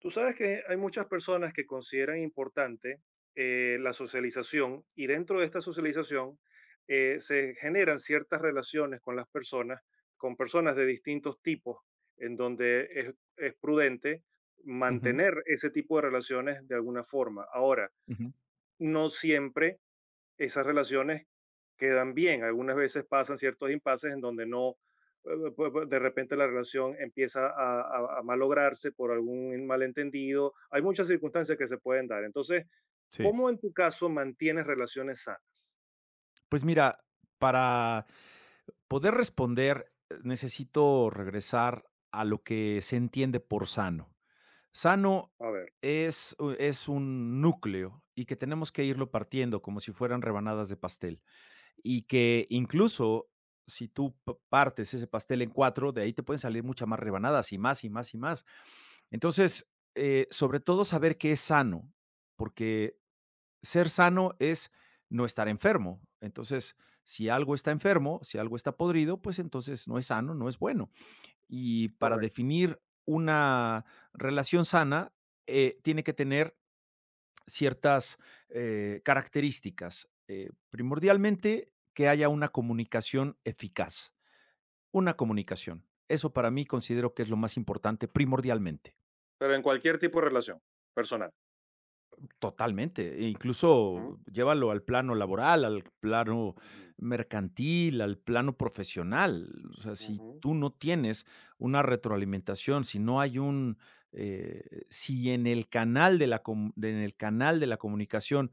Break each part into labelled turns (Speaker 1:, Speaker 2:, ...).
Speaker 1: Tú sabes que hay muchas personas que consideran importante la socialización, y dentro de esta socialización se generan ciertas relaciones con las personas, con personas de distintos tipos, en donde es prudente
Speaker 2: Ujú,
Speaker 1: mantener ese tipo de relaciones de alguna forma. Ahora,
Speaker 2: ujú.
Speaker 1: no siempre esas relaciones quedan bien. Algunas veces pasan ciertos impases en donde no, eh, pu- pu- de repente la relación empieza a malograrse por algún malentendido. Hay muchas circunstancias que se pueden dar. Entonces,
Speaker 2: Sí.
Speaker 1: ¿cómo en tu caso mantienes relaciones sanas?
Speaker 2: Pues mira, para poder responder, necesito regresar a lo que se entiende por sano. Sano
Speaker 1: A ver,
Speaker 2: es, es un núcleo y que tenemos que irlo partiendo como si fueran rebanadas de pastel. Y que incluso si tú partes ese pastel en cuatro, de ahí te pueden salir muchas más rebanadas y más y más y más. Entonces, sobre todo saber qué es sano, porque ser sano es no estar enfermo. Entonces, si algo está enfermo, si algo está podrido, pues entonces no es sano, no es bueno. Y para
Speaker 1: correcto.
Speaker 2: definir una relación sana, tiene que tener ciertas características. Primordialmente, que haya una comunicación eficaz, una comunicación. Eso para mí considero que es lo más importante primordialmente.
Speaker 1: Pero en cualquier tipo de relación personal.
Speaker 2: Totalmente, e incluso
Speaker 1: Ujú,
Speaker 2: llévalo al plano laboral, al plano
Speaker 1: ujú,
Speaker 2: mercantil, al plano profesional. O sea, si
Speaker 1: ujú.
Speaker 2: tú no tienes una retroalimentación, si no hay un, eh, si en el canal de la en el canal de la comunicación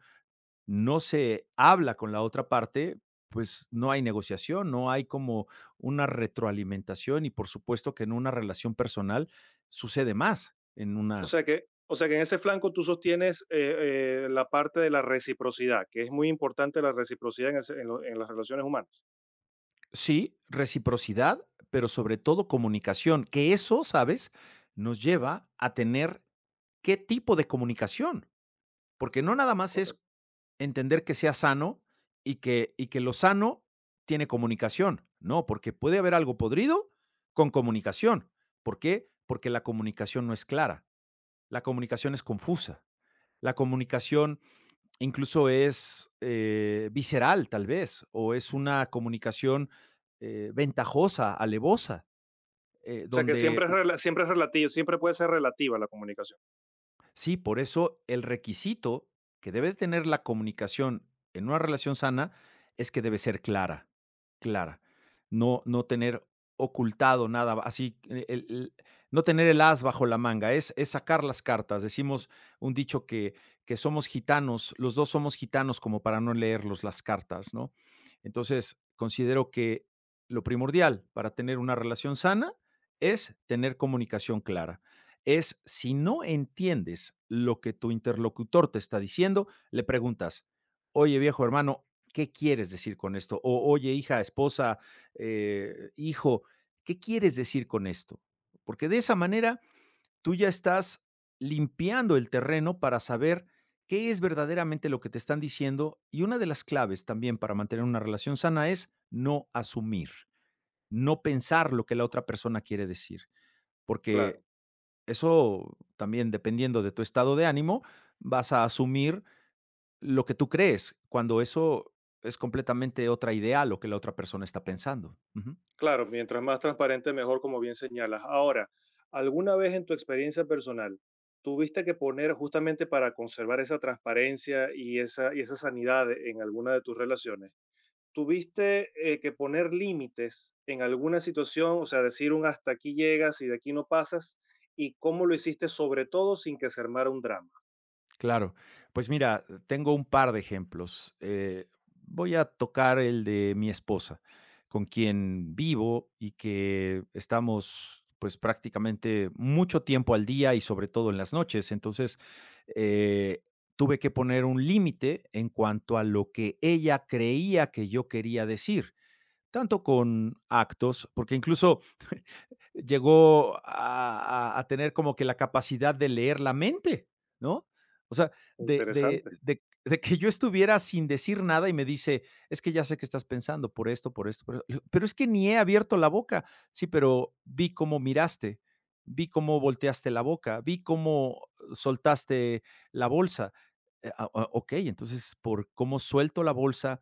Speaker 2: no se habla con la otra parte, pues no hay negociación, no hay como una retroalimentación y por supuesto que en una relación personal sucede más en
Speaker 1: O
Speaker 2: una.
Speaker 1: sea que, o sea que en ese flanco tú sostienes la parte de la reciprocidad, que es muy importante la reciprocidad en, ese- en lo- en las relaciones humanas.
Speaker 2: Sí, reciprocidad, pero sobre todo comunicación, que eso, ¿sabes? Nos lleva a tener qué tipo de comunicación, porque no nada más es
Speaker 1: Correcto.
Speaker 2: entender que sea sano y que lo sano tiene comunicación, no, porque puede haber algo podrido con comunicación. ¿Por qué? Porque la comunicación no es clara, la comunicación es confusa, la comunicación incluso es, visceral, tal vez, o es una comunicación, ventajosa, alevosa,
Speaker 1: O sea que
Speaker 2: donde.
Speaker 1: siempre es relativo, siempre puede ser relativa la comunicación.
Speaker 2: Sí, por eso el requisito que debe tener la comunicación en una relación sana es que debe ser clara, clara. No, no tener ocultado nada, así, no tener el as bajo la manga, es sacar las cartas. Decimos un dicho que somos gitanos, los dos somos gitanos como para no leerlos las cartas, ¿no? Entonces, considero que lo primordial para tener una relación sana es tener comunicación clara, es si no entiendes lo que tu interlocutor te está diciendo, le preguntas, oye viejo hermano, ¿qué quieres decir con esto? O oye hija, esposa, hijo, ¿qué quieres decir con esto? Porque de esa manera tú ya estás limpiando el terreno para saber qué es verdaderamente lo que te están diciendo. Y una de las claves también para mantener una relación sana es no asumir, no pensar lo que la otra persona quiere decir, porque
Speaker 1: Claro,
Speaker 2: eso también, dependiendo de tu estado de ánimo, vas a asumir lo que tú crees, cuando eso es completamente otra idea a lo que la otra persona está pensando. Ujú.
Speaker 1: claro, mientras más transparente, mejor, como bien señalas. Ahora, ¿alguna vez en tu experiencia personal tuviste que poner justamente para conservar esa transparencia y y esa sanidad en alguna de tus relaciones? ¿Tuviste que poner límites en alguna situación? O sea, decir un hasta aquí llegas y de aquí no pasas. ¿Y cómo lo hiciste, sobre todo sin que se armara un drama?
Speaker 2: Claro. Pues mira, tengo un par de ejemplos. Voy a tocar el de mi esposa, con quien vivo y que estamos pues prácticamente mucho tiempo al día y sobre todo en las noches. Entonces, eh, tuve que poner un límite en cuanto a lo que ella creía que yo quería decir, tanto con actos, porque incluso llegó a tener como que la capacidad de leer la mente, ¿no? O sea, de, de-
Speaker 1: Interesante.
Speaker 2: de- de que yo estuviera sin decir nada y me dice, es que ya sé que estás pensando por esto, por esto, por esto". Le digo, pero es que ni he abierto la boca. Sí, pero vi cómo miraste, vi cómo volteaste la boca, vi cómo soltaste la bolsa. Ah, ah, ok, entonces por cómo suelto la bolsa,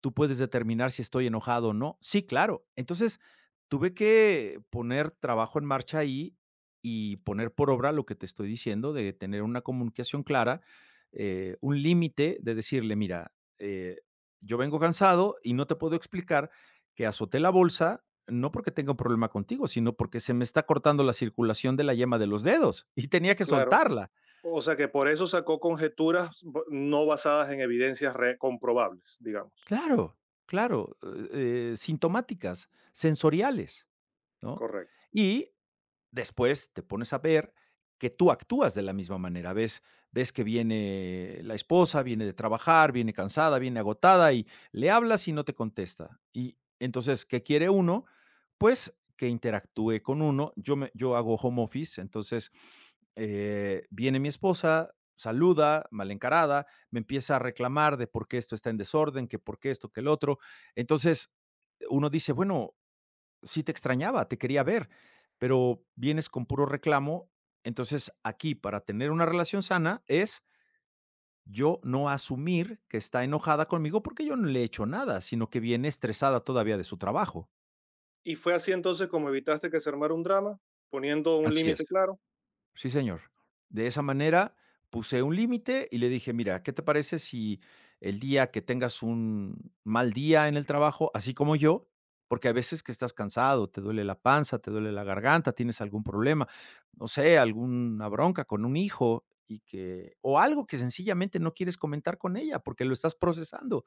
Speaker 2: tú puedes determinar si estoy enojado o no. Sí, claro. Entonces, tuve que poner trabajo en marcha ahí y poner por obra lo que te estoy diciendo de tener una comunicación clara, un límite de decirle, mira, eh, yo vengo cansado y no te puedo explicar que azoté la bolsa, no porque tenga un problema contigo, sino porque se me está cortando la circulación de la yema de los dedos y tenía que
Speaker 1: Claro.
Speaker 2: soltarla.
Speaker 1: O sea que por eso sacó conjeturas no basadas en evidencias comprobables, digamos.
Speaker 2: Claro, claro, sintomáticas, sensoriales. ¿No?
Speaker 1: Correcto.
Speaker 2: Y después te pones a ver que tú actúas de la misma manera. Ves, ves que viene la esposa, viene de trabajar, viene cansada, viene agotada y le hablas y no te contesta. Y entonces, ¿qué quiere uno? Pues que interactúe con uno. Yo hago home office, entonces viene mi esposa, saluda, mal encarada, me empieza a reclamar de por qué esto está en desorden, que por qué esto, que el otro. Entonces, uno dice, bueno, sí, te extrañaba, te quería ver, pero vienes con puro reclamo. Entonces, aquí para tener una relación sana es yo no asumir que está enojada conmigo porque yo no le he hecho nada, sino que viene estresada todavía de su trabajo.
Speaker 1: Y fue así entonces como evitaste que se armara un drama, poniendo un
Speaker 2: Así es.
Speaker 1: límite claro.
Speaker 2: Sí, señor. De esa manera, puse un límite y le dije: "Mira, ¿qué te parece si el día que tengas un mal día en el trabajo, así como yo?" Porque a veces que estás cansado, te duele la panza, te duele la garganta, tienes algún problema, no sé, alguna bronca con un hijo y que o algo que sencillamente no quieres comentar con ella porque lo estás procesando.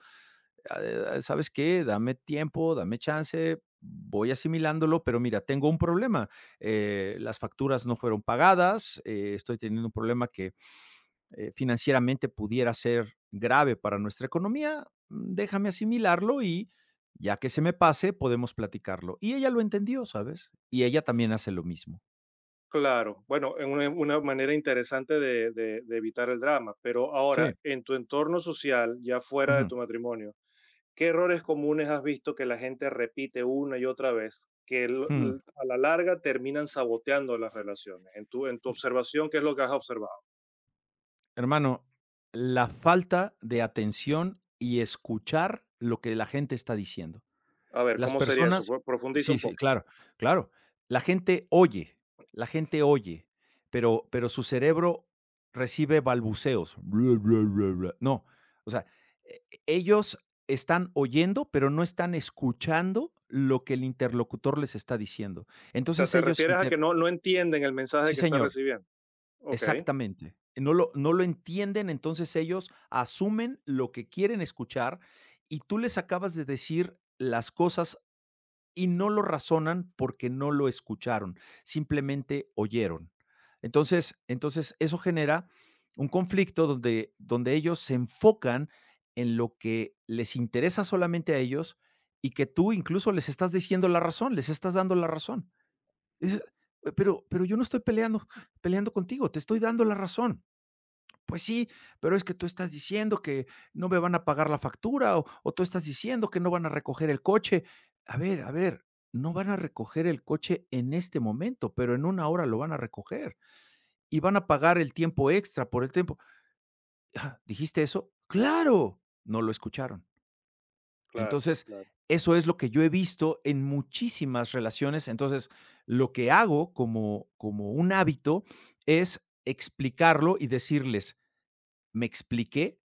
Speaker 2: Ah, ¿sabes qué? Dame tiempo, dame chance, voy asimilándolo, pero mira, tengo un problema. Las facturas no fueron pagadas, estoy teniendo un problema que financieramente pudiera ser grave para nuestra economía. Déjame asimilarlo y ya que se me pase, podemos platicarlo. Y ella lo entendió, ¿sabes? Y ella también hace lo mismo.
Speaker 1: Claro, bueno, en una manera interesante de evitar el drama, pero
Speaker 2: Sí.
Speaker 1: ahora, en tu entorno social, ya fuera de
Speaker 2: Ujú,
Speaker 1: tu matrimonio, ¿qué errores comunes has visto que la gente repite una y otra vez que
Speaker 2: ujú.
Speaker 1: a la larga terminan saboteando las relaciones? En tu observación, ¿qué es lo que has observado?
Speaker 2: Hermano, la falta de atención y escuchar lo que la gente está diciendo.
Speaker 1: A ver,
Speaker 2: Las
Speaker 1: ¿cómo sería eso?
Speaker 2: personas
Speaker 1: Profundiza
Speaker 2: sí,
Speaker 1: un
Speaker 2: sí,
Speaker 1: poco.
Speaker 2: claro, claro. La gente oye, la gente oye, pero su cerebro recibe balbuceos. Bla, bla, bla, bla. No, o sea, ellos están oyendo, pero no están escuchando lo que el interlocutor les está diciendo.
Speaker 1: O sea,
Speaker 2: Entonces,
Speaker 1: te
Speaker 2: ellos
Speaker 1: refieres a que
Speaker 2: inter
Speaker 1: no entienden el mensaje
Speaker 2: sí,
Speaker 1: que está
Speaker 2: señor,
Speaker 1: recibiendo. Ok,
Speaker 2: exactamente. No lo entienden, entonces ellos asumen lo que quieren escuchar, y tú les acabas de decir las cosas y no lo razonan porque no lo escucharon, simplemente oyeron. Entonces, eso genera un conflicto donde ellos se enfocan en lo que les interesa solamente a ellos y que tú incluso les estás diciendo la razón, les estás dando la razón. Dices, "Pero, yo no estoy peleando, peleando contigo, te estoy dando la razón. Pues sí, pero es que tú estás diciendo que no me van a pagar la factura o tú estás diciendo que no van a recoger el coche. A ver, no van a recoger el coche en este momento, pero en una hora lo van a recoger y van a pagar el tiempo extra por el tiempo. Ah, ¿dijiste eso? Claro, no lo escucharon.
Speaker 1: claro,
Speaker 2: Entonces,
Speaker 1: claro,
Speaker 2: eso es lo que yo he visto en muchísimas relaciones. Entonces, lo que hago como un hábito es explicarlo y decirles, me expliqué.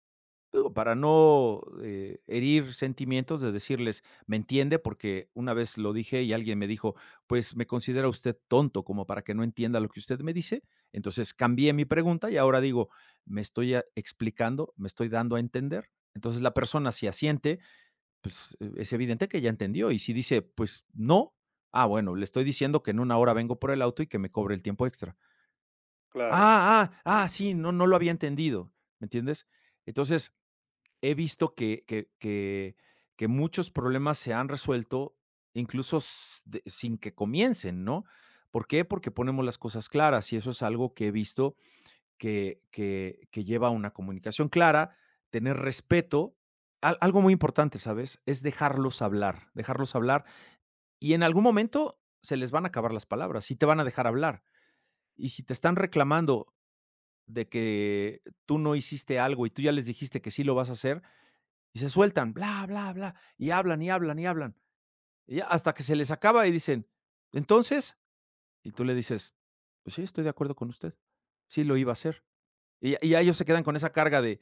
Speaker 2: Digo, para no, herir sentimientos de decirles: "Me entiende", porque una vez lo dije y alguien me dijo: "Pues, me considera usted tonto como para que no entienda lo que usted me dice". Entonces, cambié mi pregunta y ahora digo: "Me estoy a explicando, me estoy dando a entender". Entonces, la persona si asiente, pues, es evidente que ya entendió, y si dice: "Pues, no", ah, bueno, le estoy diciendo que en una hora vengo por el auto y que me cobre el tiempo extra.
Speaker 1: claro,
Speaker 2: Ah, ah, ah, sí, no, no lo había entendido, ¿me entiendes? Entonces, he visto que muchos problemas se han resuelto, incluso s de sin que comiencen, ¿no? ¿Por qué? Porque ponemos las cosas claras, y eso es algo que he visto que lleva a una comunicación clara, tener respeto. Al algo muy importante, ¿sabes? Es dejarlos hablar, y en algún momento se les van a acabar las palabras y te van a dejar hablar. Y si te están reclamando de que tú no hiciste algo y tú ya les dijiste que sí lo vas a hacer, y se sueltan, bla, bla, bla, y hablan, y hablan, y hablan, y ya hasta que se les acaba y dicen, entonces, y tú le dices, pues sí, estoy de acuerdo con usted, sí lo iba a hacer. Y ya ellos se quedan con esa carga de,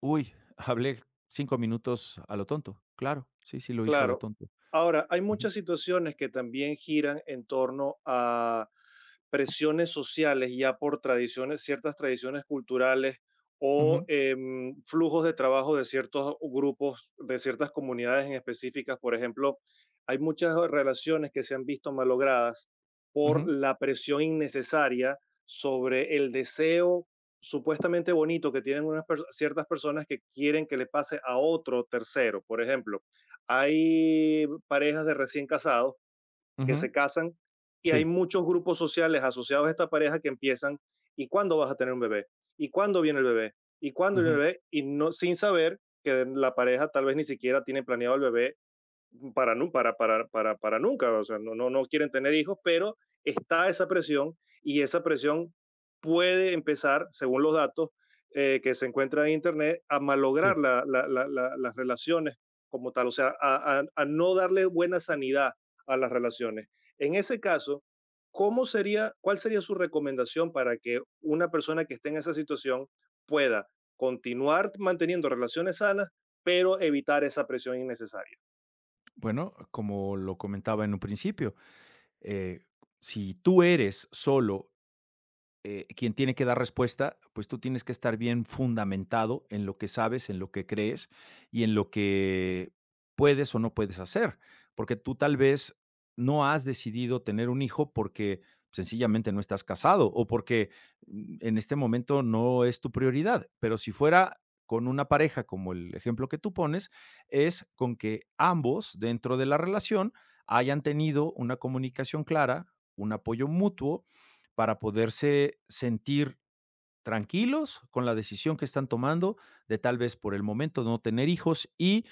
Speaker 2: uy, hablé 5 minutos a lo tonto. Claro, sí, sí lo hizo a lo
Speaker 1: claro.
Speaker 2: tonto.
Speaker 1: Ahora, hay
Speaker 2: Ujú,
Speaker 1: muchas situaciones que también giran en torno a presiones sociales, ya por tradiciones, ciertas tradiciones culturales o
Speaker 2: ujú,
Speaker 1: flujos de trabajo de ciertos grupos, de ciertas comunidades en específicas. Por ejemplo, hay muchas relaciones que se han visto malogradas por
Speaker 2: ujú,
Speaker 1: la presión innecesaria sobre el deseo supuestamente bonito que tienen ciertas personas que quieren que le pase a otro tercero. Por ejemplo, hay parejas de recién casados que
Speaker 2: ujú,
Speaker 1: se casan, y hay
Speaker 2: sí,
Speaker 1: muchos grupos sociales asociados a esta pareja que empiezan, ¿y cuándo vas a tener un bebé? ¿Y cuándo viene el bebé? ¿Y cuándo viene
Speaker 2: ujú.
Speaker 1: el bebé? Y no, sin saber que la pareja tal vez ni siquiera tiene planeado el bebé para, para nunca, o sea, no, no, no quieren tener hijos, pero está esa presión, y esa presión puede empezar, según los datos que se encuentran en Internet, a
Speaker 2: Sí.
Speaker 1: malograr las relaciones como tal, o sea, a no darle buena sanidad a las relaciones. En ese caso, ¿cómo sería, ¿cuál sería su recomendación para que una persona que esté en esa situación pueda continuar manteniendo relaciones sanas, pero evitar esa presión innecesaria?
Speaker 2: Bueno, como lo comentaba en un principio, eh, si tú eres solo quien tiene que dar respuesta, pues tú tienes que estar bien fundamentado en lo que sabes, en lo que crees y en lo que puedes o no puedes hacer, porque tú tal vez no has decidido tener un hijo porque sencillamente no estás casado o porque en este momento no es tu prioridad, pero si fuera con una pareja como el ejemplo que tú pones, es con que ambos dentro de la relación hayan tenido una comunicación clara, un apoyo mutuo para poderse sentir tranquilos con la decisión que están tomando de tal vez por el momento no tener hijos y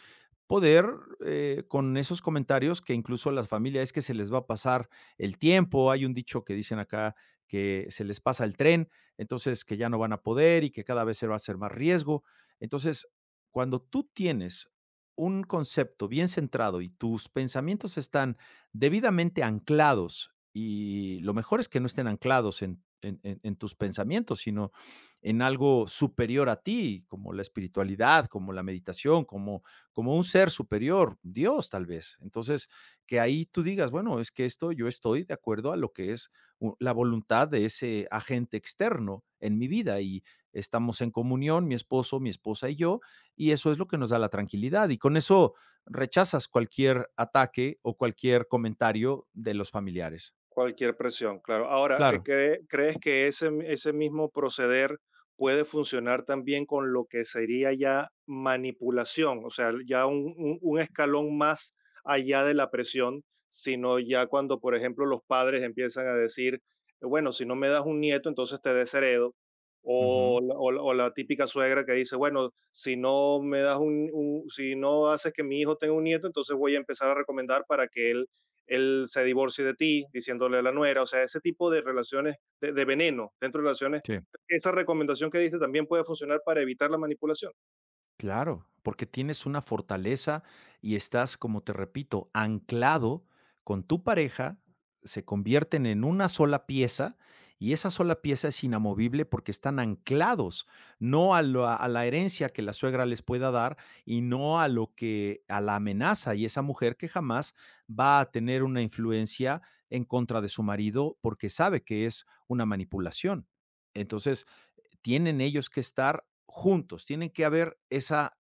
Speaker 2: poder, con esos comentarios que incluso a las familias es que se les va a pasar el tiempo. Hay un dicho que dicen acá que se les pasa el tren, entonces que ya no van a poder y que cada vez se va a hacer más riesgo. Entonces, cuando tú tienes un concepto bien centrado y tus pensamientos están debidamente anclados, y lo mejor es que no estén anclados en tus pensamientos, sino en algo superior a ti, como la espiritualidad, como la meditación, como un ser superior, Dios tal vez. Entonces, que ahí tú digas, bueno, es que esto yo estoy de acuerdo a lo que es la voluntad de ese agente externo en mi vida y estamos en comunión, mi esposo, mi esposa y yo, y eso es lo que nos da la tranquilidad. Y con eso rechazas cualquier ataque o cualquier comentario de los familiares.
Speaker 1: Cualquier presión, claro. Ahora,
Speaker 2: Claro.
Speaker 1: ¿crees que ese mismo proceder puede funcionar también con lo que sería ya manipulación? O sea, ya un escalón más allá de la presión, sino ya cuando, por ejemplo, los padres empiezan a decir, bueno, si no me das un nieto, entonces te desheredo. O,
Speaker 2: Ujú.
Speaker 1: o la típica suegra que dice, bueno, si no me das si no haces que mi hijo tenga un nieto, entonces voy a empezar a recomendar para que él se divorcie de ti, diciéndole a la nuera, o sea, ese tipo de relaciones de veneno dentro de relaciones,
Speaker 2: Sí.
Speaker 1: esa recomendación que diste también puede funcionar para evitar la manipulación.
Speaker 2: Claro, porque tienes una fortaleza y estás, como te repito, anclado con tu pareja, se convierten en una sola pieza y esa sola pieza es inamovible porque están anclados, no a la herencia que la suegra les pueda dar y no a lo que a la amenaza y esa mujer que jamás va a tener una influencia en contra de su marido porque sabe que es una manipulación. Entonces, tienen ellos que estar juntos, tienen que haber esa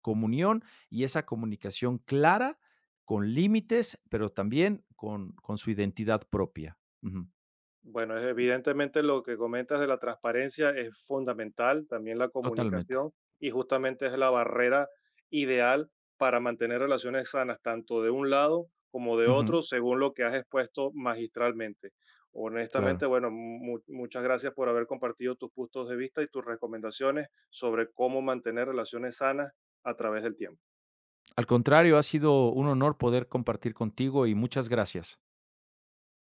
Speaker 2: comunión y esa comunicación clara, con límites, pero también con su identidad propia. Ujú.
Speaker 1: Bueno, es evidentemente lo que comentas de la transparencia es fundamental, también la
Speaker 2: Totalmente.
Speaker 1: comunicación, y justamente es la barrera ideal para mantener relaciones sanas, tanto de un lado como de
Speaker 2: Ujú.
Speaker 1: otro, según lo que has expuesto magistralmente. Honestamente,
Speaker 2: Claro.
Speaker 1: bueno, muchas gracias por haber compartido tus puntos de vista y tus recomendaciones sobre cómo mantener relaciones sanas a través del tiempo.
Speaker 2: Al contrario, ha sido un honor poder compartir contigo y muchas gracias.